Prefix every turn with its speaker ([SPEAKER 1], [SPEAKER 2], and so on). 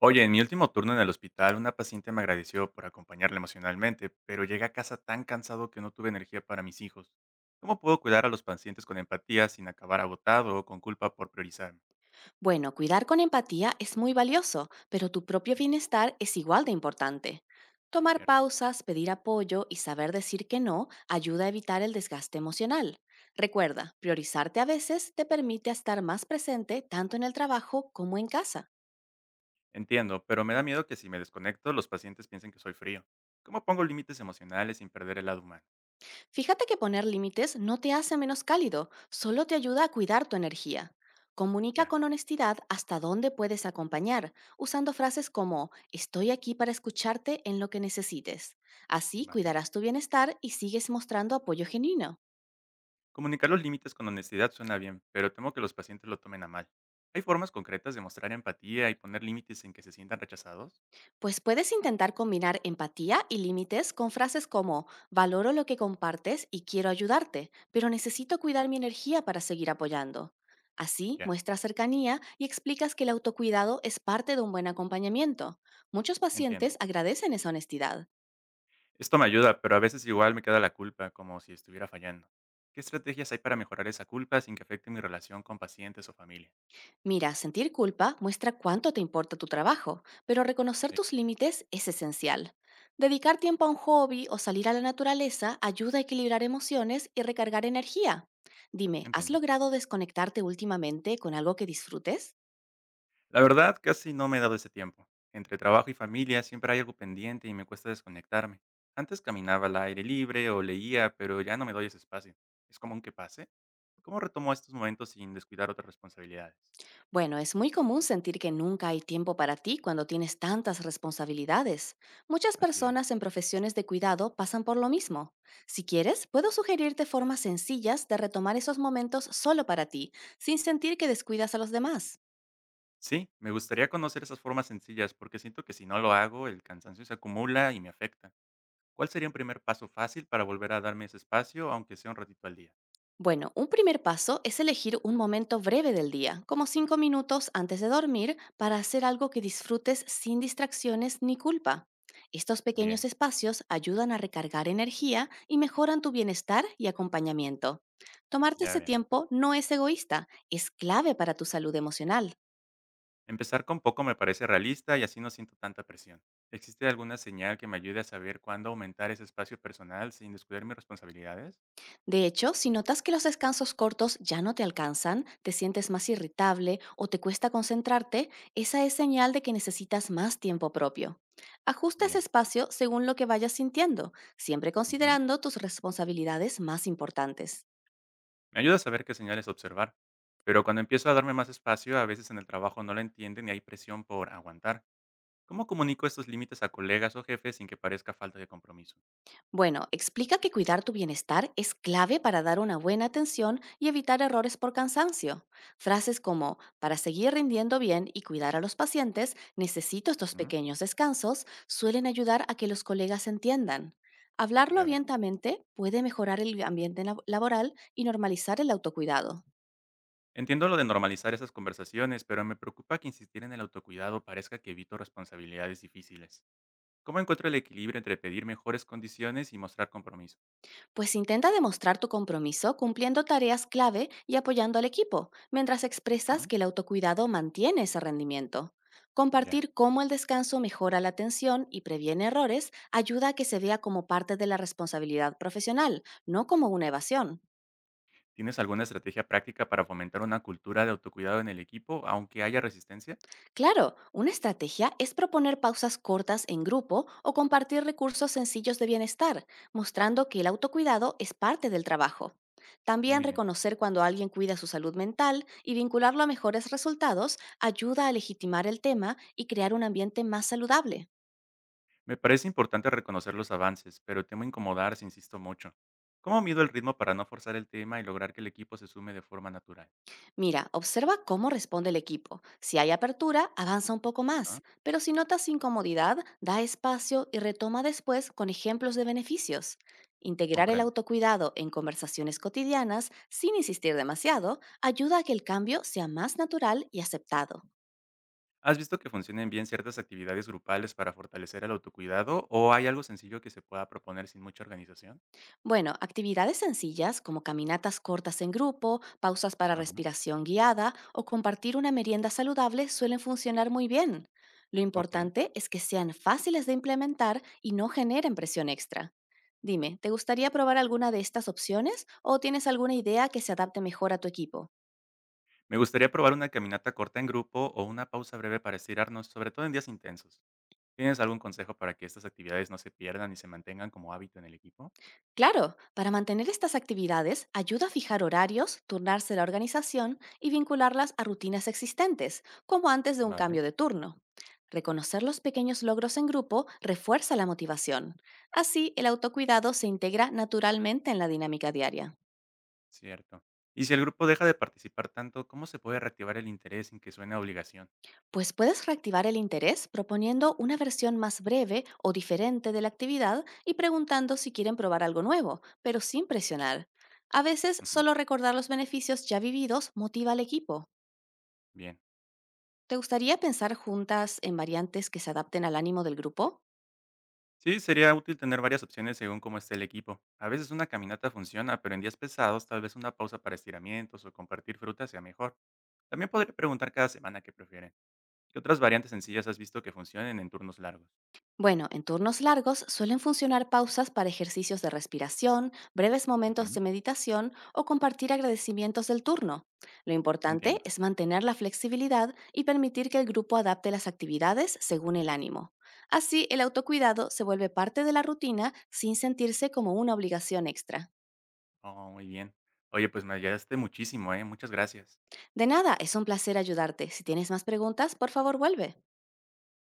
[SPEAKER 1] Oye, en mi último turno en el hospital, una paciente me agradeció por acompañarla emocionalmente, pero llegué a casa tan cansado que no tuve energía para mis hijos. ¿Cómo puedo cuidar a los pacientes con empatía sin acabar agotado o con culpa por priorizarme?
[SPEAKER 2] Bueno, cuidar con empatía es muy valioso, pero tu propio
[SPEAKER 1] Mm.
[SPEAKER 2] bienestar es igual de importante. Tomar
[SPEAKER 1] Cierto.
[SPEAKER 2] pausas, pedir apoyo y saber decir que no ayuda a evitar el desgaste emocional. Recuerda, priorizarte a veces te permite estar más presente tanto en el trabajo como en casa.
[SPEAKER 1] Entiendo, pero me da miedo que si me desconecto, los pacientes piensen que soy frío. ¿Cómo pongo límites emocionales sin perder el lado humano?
[SPEAKER 2] Fíjate que poner límites no te hace menos cálido, solo te ayuda a cuidar tu energía. Comunica
[SPEAKER 1] Ya,
[SPEAKER 2] con honestidad hasta dónde puedes acompañar, usando frases como estoy aquí para escucharte en lo que necesites. Así
[SPEAKER 1] vale.
[SPEAKER 2] cuidarás tu bienestar y sigues mostrando apoyo genuino.
[SPEAKER 1] Comunicar los límites con honestidad suena bien, pero temo que los pacientes lo tomen a mal. ¿Hay formas concretas de mostrar empatía y poner límites sin que se sientan rechazados?
[SPEAKER 2] Pues puedes intentar combinar empatía y límites con frases como valoro lo que compartes y quiero ayudarte, pero necesito cuidar mi energía para seguir apoyando. Así
[SPEAKER 1] Ya,
[SPEAKER 2] muestras cercanía y explicas que el autocuidado es parte de un buen acompañamiento. Muchos
[SPEAKER 1] entiendo.
[SPEAKER 2] pacientes agradecen esa honestidad.
[SPEAKER 1] Esto me ayuda, pero a veces igual me queda la culpa, como si estuviera fallando. ¿Qué estrategias hay para mejorar esa culpa sin que afecte mi relación con pacientes o familia?
[SPEAKER 2] Mira, sentir culpa muestra cuánto te importa tu trabajo, pero reconocer
[SPEAKER 1] Sí.
[SPEAKER 2] tus límites es esencial. Dedicar tiempo a un hobby o salir a la naturaleza ayuda a equilibrar emociones y recargar energía. Dime, ¿has
[SPEAKER 1] Entiendo.
[SPEAKER 2] logrado desconectarte últimamente con algo que disfrutes?
[SPEAKER 1] La verdad, casi no me he dado ese tiempo. Entre trabajo y familia siempre hay algo pendiente y me cuesta desconectarme. Antes caminaba al aire libre o leía, pero ya no me doy ese espacio. ¿Es común que pase? ¿Cómo retomo estos momentos sin descuidar otras responsabilidades?
[SPEAKER 2] Bueno, es muy común sentir que nunca hay tiempo para ti cuando tienes tantas responsabilidades. Muchas
[SPEAKER 1] Así
[SPEAKER 2] personas
[SPEAKER 1] es.
[SPEAKER 2] en profesiones de cuidado pasan por lo mismo. Si quieres, puedo sugerirte formas sencillas de retomar esos momentos solo para ti, sin sentir que descuidas a los demás.
[SPEAKER 1] Sí, me gustaría conocer esas formas sencillas porque siento que si no lo hago, el cansancio se acumula y me afecta. ¿Cuál sería un primer paso fácil para volver a darme ese espacio, aunque sea un ratito al día?
[SPEAKER 2] Bueno, un primer paso es elegir un momento breve del día, como 5 minutos antes de dormir, para hacer algo que disfrutes sin distracciones ni culpa. Estos pequeños
[SPEAKER 1] Bien,
[SPEAKER 2] espacios ayudan a recargar energía y mejoran tu bienestar y acompañamiento. Tomarte
[SPEAKER 1] ya
[SPEAKER 2] ese
[SPEAKER 1] veo.
[SPEAKER 2] tiempo no es egoísta, es clave para tu salud emocional.
[SPEAKER 1] Empezar con poco me parece realista y así no siento tanta presión. ¿Existe alguna señal que me ayude a saber cuándo aumentar ese espacio personal sin descuidar mis responsabilidades?
[SPEAKER 2] De hecho, si notas que los descansos cortos ya no te alcanzan, te sientes más irritable o te cuesta concentrarte, esa es señal de que necesitas más tiempo propio. Ajusta ese
[SPEAKER 1] Bien.
[SPEAKER 2] espacio según lo que vayas sintiendo, siempre
[SPEAKER 1] Ujú.
[SPEAKER 2] considerando tus responsabilidades más importantes.
[SPEAKER 1] Me ayuda a saber qué señales observar. Pero cuando empiezo a darme más espacio, a veces en el trabajo no lo entienden y hay presión por aguantar. ¿Cómo comunico estos límites a colegas o jefes sin que parezca falta de compromiso?
[SPEAKER 2] Bueno, explica que cuidar tu bienestar es clave para dar una buena atención y evitar errores por cansancio. Frases como, para seguir rindiendo bien y cuidar a los pacientes, necesito estos
[SPEAKER 1] Ujú,
[SPEAKER 2] pequeños descansos, suelen ayudar a que los colegas entiendan. Hablarlo
[SPEAKER 1] ya veo.
[SPEAKER 2] abiertamente puede mejorar el ambiente laboral y normalizar el autocuidado.
[SPEAKER 1] Entiendo lo de normalizar esas conversaciones, pero me preocupa que insistir en el autocuidado parezca que evito responsabilidades difíciles. ¿Cómo encuentro el equilibrio entre pedir mejores condiciones y mostrar compromiso?
[SPEAKER 2] Pues intenta demostrar tu compromiso cumpliendo tareas clave y apoyando al equipo, mientras expresas
[SPEAKER 1] Ujú,
[SPEAKER 2] que el autocuidado mantiene ese rendimiento.
[SPEAKER 1] ya.
[SPEAKER 2] Compartir cómo el descanso mejora la atención y previene errores ayuda a que se vea como parte de la responsabilidad profesional, no como una evasión.
[SPEAKER 1] ¿Tienes alguna estrategia práctica para fomentar una cultura de autocuidado en el equipo, aunque haya resistencia?
[SPEAKER 2] Claro, una estrategia es proponer pausas cortas en grupo o compartir recursos sencillos de bienestar, mostrando que el autocuidado es parte del trabajo. También
[SPEAKER 1] Muy bien.
[SPEAKER 2] reconocer cuando alguien cuida su salud mental y vincularlo a mejores resultados ayuda a legitimar el tema y crear un ambiente más saludable.
[SPEAKER 1] Me parece importante reconocer los avances, pero temo incomodar si insisto mucho. ¿Cómo mido el ritmo para no forzar el tema y lograr que el equipo se sume de forma natural?
[SPEAKER 2] Mira, observa cómo responde el equipo. Si hay apertura, avanza un poco
[SPEAKER 1] Ah,
[SPEAKER 2] más, pero si notas incomodidad, da espacio y retoma después con ejemplos de beneficios. Integrar el
[SPEAKER 1] comprendo.
[SPEAKER 2] autocuidado en conversaciones cotidianas, sin insistir demasiado, ayuda a que el cambio sea más natural y aceptado.
[SPEAKER 1] ¿Has visto que funcionen bien ciertas actividades grupales para fortalecer el autocuidado o hay algo sencillo que se pueda proponer sin mucha organización?
[SPEAKER 2] Bueno, actividades sencillas como caminatas cortas en grupo, pausas para
[SPEAKER 1] Ajá,
[SPEAKER 2] respiración guiada o compartir una merienda saludable suelen funcionar muy bien. Lo
[SPEAKER 1] ok.
[SPEAKER 2] importante es que sean fáciles de implementar y no generen presión extra. Dime, ¿te gustaría probar alguna de estas opciones o tienes alguna idea que se adapte mejor a tu equipo?
[SPEAKER 1] Me gustaría probar una caminata corta en grupo o una pausa breve para estirarnos, sobre todo en días intensos. ¿Tienes algún consejo para que estas actividades no se pierdan y se mantengan como hábito en el equipo?
[SPEAKER 2] Claro, para mantener estas actividades ayuda a fijar horarios, turnarse la organización y vincularlas a rutinas existentes, como antes de un
[SPEAKER 1] Vale,
[SPEAKER 2] cambio de turno. Reconocer los pequeños logros en grupo refuerza la motivación. Así, el autocuidado se integra naturalmente en la dinámica diaria.
[SPEAKER 1] cierto. Y si el grupo deja de participar tanto, ¿cómo se puede reactivar el interés sin que suene a obligación?
[SPEAKER 2] Pues puedes reactivar el interés proponiendo una versión más breve o diferente de la actividad y preguntando si quieren probar algo nuevo, pero sin presionar. A veces,
[SPEAKER 1] Ujú,
[SPEAKER 2] solo recordar los beneficios ya vividos motiva al equipo.
[SPEAKER 1] bien.
[SPEAKER 2] ¿Te gustaría pensar juntas en variantes que se adapten al ánimo del grupo?
[SPEAKER 1] Sí, sería útil tener varias opciones según cómo esté el equipo. A veces una caminata funciona, pero en días pesados tal vez una pausa para estiramientos o compartir fruta sea mejor. También podría preguntar cada semana qué prefieren. ¿Qué otras variantes sencillas has visto que funcionen en turnos largos?
[SPEAKER 2] Bueno, en turnos largos suelen funcionar pausas para ejercicios de respiración, breves momentos
[SPEAKER 1] Ujú,
[SPEAKER 2] de meditación o compartir agradecimientos del turno. Lo importante
[SPEAKER 1] entiendo.
[SPEAKER 2] es mantener la flexibilidad y permitir que el grupo adapte las actividades según el ánimo. Así, el autocuidado se vuelve parte de la rutina sin sentirse como una obligación extra.
[SPEAKER 1] Oh, muy bien. Oye, pues me ayudaste muchísimo, ¿eh? Muchas gracias.
[SPEAKER 2] De nada, es un placer ayudarte. Si tienes más preguntas, por favor vuelve.